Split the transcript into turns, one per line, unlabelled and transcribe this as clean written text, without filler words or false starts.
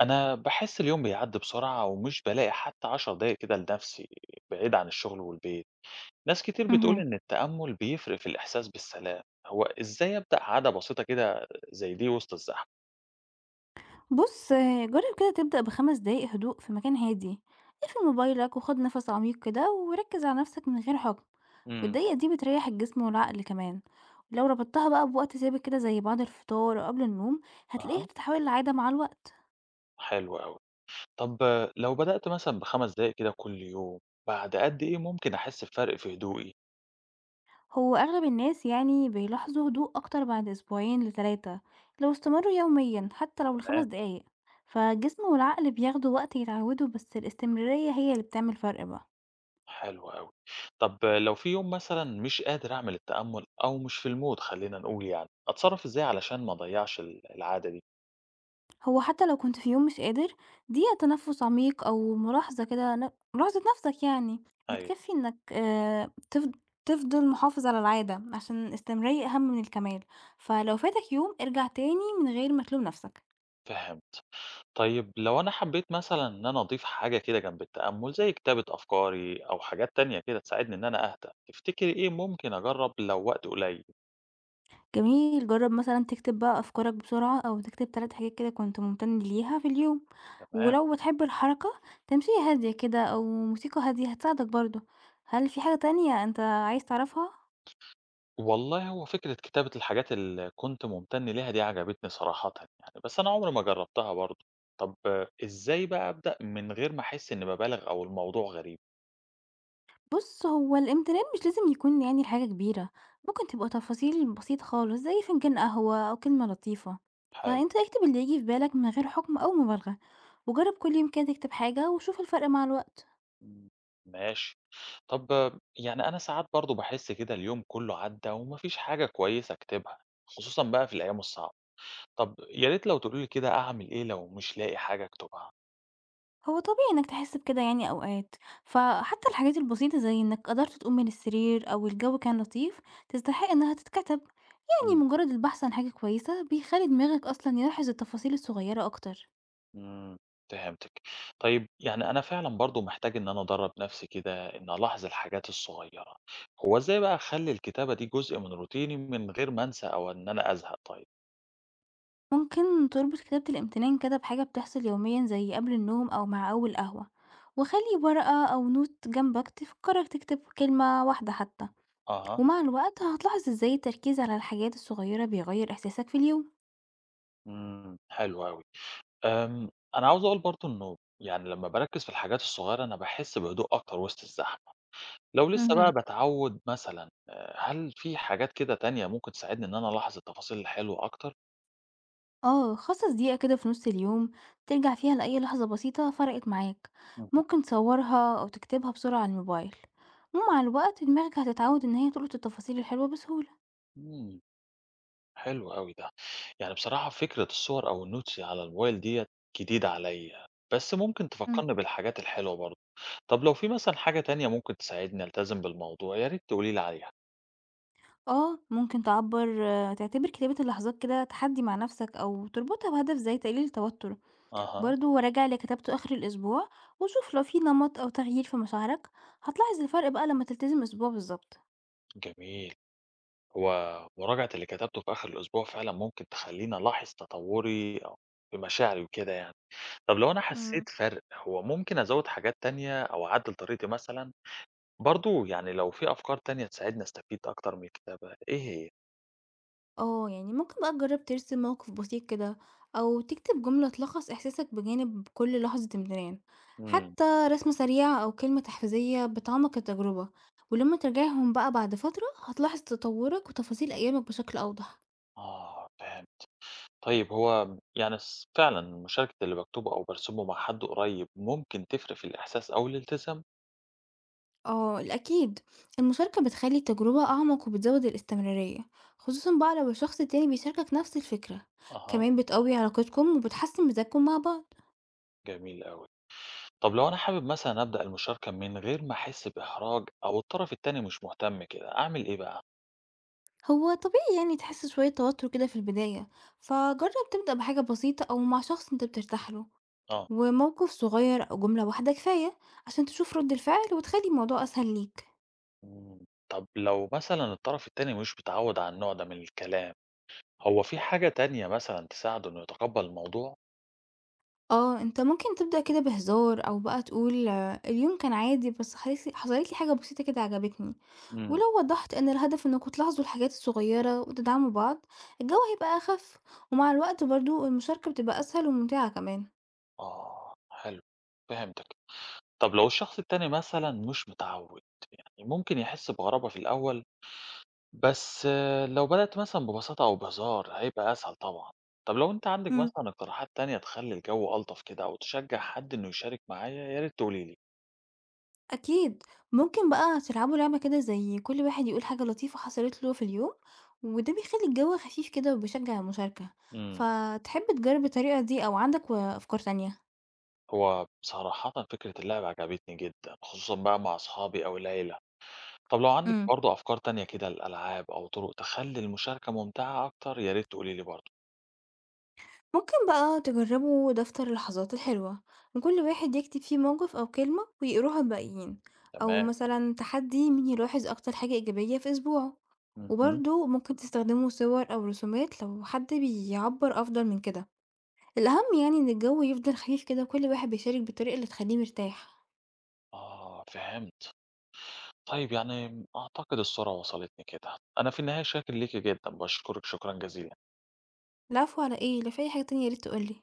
أنا باحس اليوم بيعدّي بسرعة ومش بالاقي حتى 10 دقايق كده لنفسي بعيد عن الشغل والبيت، ناس كتير بتقول
اهم.
إن التأمل بيفرق في الإحساس بالسلام، هو إزاي أبدأ عادة بسيطة كده زي دي وسط الزحمة؟
بُص، جرّب كده تبدأ ب5 دقايق هدوء في مكان هادي. اقفل موبايلك وخُد نَفَس عميق كده وركّز على نَفْسك من غير حُكم.
امم.
والدقيقة دي بتريّح الجسم والعقل كمان، ولو ربطتها بقى بوقت ثابت كده زي بعد الفطار أو قبل النوم هتلاقيها
أها،
بتتحول لعادة مع الوقت.
حلو أوي، طب آه، لو بدأت مثلًا ب5 دقايق كده كل يوم، بعد قد إيه ممكن أحس بفرق في هدوئي؟
هو أغلب الناس يعني بيلاحظوا هدوء أكتر بعد أسبوعين ل3، لو استمروا يوميًا حتى لو ل5
تمام،
دقايق. فالجسم والعقل بياخدوا وقت يتعودوا، بس الاستمرارية هي اللي بتعمل فرق بقى.
حلو أوي، طب آه، لو في يوم مثلًا مش قادر أعمل التأمل أو مش في الmood خلّينا نقول يعني، أتصرف إزاي علشان ما أضيّعش العادة دي؟
هو حتى لو كنت في يوم مش قادر، دقيقة تنفس عميق أو ملاحظة كده ملاحظة نفسك يعني
أيوه.
بتكفي، إنك تفضل محافظ على العادة، عشان الاستمرارية أهم من الكمال. فلو فاتك يوم ارجع تاني من غير ما تلوم نفسك.
فهمت. طيب لو أنا حبيت مثلًا إن أنا أضيف حاجة كده جنب التأمل، زي كتابة أفكاري أو حاجات تانية كده تساعدني إن أنا أهدى، تفتكري إيه ممكن أجرّب لو وقت قليل؟
جميل، جرب مثلا تكتب بقى أفكارك بسرعة، أو تكتب 3 حاجات كده كنت ممتن ليها في اليوم.
تمام.
ولو بتحب الحركة، تمشي هادية كده أو موسيقى هادية هتساعدك برضه. هل في حاجة تانية أنت عايز تعرفها؟
والله هو فكرة كتابة الحاجات اللي كنت ممتن ليها دي عجبتني صراحةً يعني، بس أنا عمري ما جرّبتها برضه. طب آه، إزاي بقى أبدأ من غير ما أحس إني بابالغ أو الموضوع غريب؟
بُص، هو الامتنان مش لازم يكون يعني لحاجة كبيرة، ممكن تبقى تفاصيل بسيطة خالص زي فنجان قهوة أو كلمة لطيفة.
حلو.
فأنت اكتب اللي ييجي في بالك من غير حكم أو مبالغة، وجرب كل يوم كده تكتب حاجة وشوف الفرق مع الوقت.
إمم، ماشي. طب آه، يعني أنا ساعات برضه باحس كده اليوم كُلّه عدّى وما فيش حاجة كويسة أكتبها، خصوصًا بقى في الأيام الصعبة. طب يا ريت لو تقولي لي كده أعمل إيه لو مش لاقي حاجة أكتبها؟
هو طبيعي إنك تحس بكده يعني أوقات. فحتى الحاجات البسيطة زي إنك قدرت تقوم من السرير أو الجو كان لطيف تستحق إنها تتكتب،
إمم،
يعني مجرد البحث عن حاجة كويسة بيخلي دماغك أصلًا يلاحظ التفاصيل الصغيرة أكتر.
إمم، فهمتِك. طيب يعني أنا فعلًا برضه محتاج إن أنا أدرّب نفسي كده إني ألاحظ الحاجات الصغيرة، هو إزاي بقى أخلّي الكتابة دي جزء من روتيني من غير ما أنسى أو إن أنا أزهق طيب؟
ممكن تربط كتابة الامتنان كده بحاجة بتحصل يوميا زي قبل النوم أو مع أول قهوة، وخلي ورقة أو نوت جنبك تفكرك تكتب كلمة واحدة حتى.
أها،
ومع الوقت هتلاحظ ازاي التركيز على الحاجات الصغيرة بيغير إحساسك في اليوم.
إمم، حلو أوي. أنا عاوز أقول برضه إنه يعني لمّا باركّز في الحاجات الصغيرة أنا باحس بهدوء أكتر وسط الزحمة، لو لسه بقى
مهم.
باتعوّد مثلًا هل في حاجات كده تانية ممكن تساعدني إن أنا ألاحظ التفاصيل الحلوة أكتر؟
اه، خصص دقيقة كده في نص اليوم، ترجع فيها لأي لحظة بسيطة فرقت معاك.
اهم.
ممكن تصورها أو تكتبها بسرعة على الموبايل، ومع الوقت دماغك هتتعود إن هي تلقط التفاصيل الحلوة بسهولة.
إمم، حلو أوي ده. يعني بصراحة فكرة الصور أو الnotes على الموبايل ديّة جديدة عليّا، بس ممكن تفكّرني بالحاجات الحلوة برضه. طب لو في مثلًا حاجة تانية ممكن تساعدني ألتزم بالموضوع، يا ريت تقولي لي عليها.
ممكن تعبّر آه، تعتبر كتابة اللحظات كده تحدّي مع نَفْسك أو تربطها بهدف زي تقليل التوتُّر.
أها،
برضه راجع اللي كتبته آخر الأسبوع، وشوف لو في نمَط أو تغيير في مشاعرك. هتلاحظ الفرق بقى لمّا تلتزم أسبوع بالضبط.
جميل. هو مراجعة اللي كتبته في آخر الأسبوع فعلًا ممكن تخلّيني ألاحظ تطوّري أو في مشاعري وكده يعني. طب لو أنا
إمم.
حسيت فرق، هو ممكن أزوّد حاجات تانية أو أعدّل طريقتي مثلًا؟ برضه يعني لو في أفكار تانية تساعدني أستفيد أكتر من الكتابة، إيه هي؟
يعني ممكن بقى تجرّب ترسم موقف بسيط كده، أو تكتب جملة تلخّص إحساسك بجانب كل لحظة امتنان.
إمم،
حتى رسمة سريعة أو كلمة تحفيزية بتعمّق التجربة، ولمّا تراجعهم بقى بعد فترة هتلاحظ تطوُّرك وتفاصيل أيامك بشكل أوضح.
آه فهمت. طيب هو يعني فعلًا مشاركة اللي باكتبه أو بارسمه مع حد قريب ممكن تفرق في الإحساس أو الالتزام؟
اه، الأكيد. المشاركة بتخلي التجربة أعمق وبتزود الاستمرارية، خصوصا بقى لو الشخص التاني بيشاركك نفس الفكرة.
أها،
كمان بتقوي علاقتكم وبتحسن مزاجكم مع بعض.
جميل أوي. طب لو أنا حابب مثلًا أبدأ المشاركة من غير ما أحس بإحراج أو الطرف التاني مش مهتم كده، أعمل إيه بقى؟
هو طبيعي يعني تحس شوية توتر كده في البداية، فجرب تبدأ بحاجة بسيطة أو مع شخص انت بترتاح له.
آه.
وموقف صغير أو جملة واحدة كفاية عشان تشوف رد الفعل وتخلي الموضوع أسهل ليك.
إمم، طب لو مثلًا الطرف التاني مش متعود على النوع ده من الكلام، هو في حاجة تانية مثلًا تساعده إنه يتقبل الموضوع؟
أنت ممكن تبدأ كده بهزار، أو بقى تقول اليوم كان عادي، بس حصلت لي حاجة بسيطة كده عجبتني.
إمم.
ولو وضحت إن الهدف إنكوا تلاحظوا الحاجات الصغيرة وتدعموا بعض، الجو هيبقى أخف. ومع الوقت برضو المشاركة بتبقى أسهل وممتعة كمان.
آه، حلو، فهمتك. طب لو الشخص التاني مثلًا مش متعوّد، يعني ممكن يحس بغرابة في الأول، بس آه، لو بدأت مثلًا ببساطة أو بهزار هيبقى أسهل طبعًا. طب لو أنتِ عندك
مم.
مثلًا اقتراحات تانية تخلّي الجو ألطف كده أو تشجّع حد إنه يشارك معايا يا ريت تقولي لي.
أكيد. ممكن بقى تلعبوا لعبة كده زي كل واحد يقول حاجة لطيفة حصلت له في اليوم، وده بيخلي الجو خفيف كده وبيشجع المشاركة.
إمم.
فتحب تجرب الطريقة دي أو عندك أفكار تانية؟
هو بصراحةً فكرة اللعب عجبتني جدًا، خصوصًا بقى مع أصحابي أو العيلة. طب لو عندك برضه أفكار تانية كده لألعاب أو طرق تخلّي المشاركة ممتعة أكتر يا ريت تقولي لي برضه.
ممكن بقى تجربوا دفتر اللحظات الحلوة، وكل واحد يكتب فيه موقف أو كلمة ويقروها الباقيين. أو
تمام.
مثلا تحدي مين يلاحظ أكتر حاجة إيجابية في أسبوعه.
اهم.
وبرضه ممكن تستخدموا صور أو رسومات لو حد بيعبر أفضل من كده. الأهم يعني إن الجو يفضل خفيف كده وكل واحد بيشارك بالطريقة اللي تخليه مرتاح.
آه، فهمت. طيب يعني أعتقد الصورة وصلتني كده، أنا في النهاية شاكر ليكِ جدًا، باشكرِك شكرًا جزيلًا.
العفو، على إيه؟ لو في أي حاجة تانية ياريت تقولي.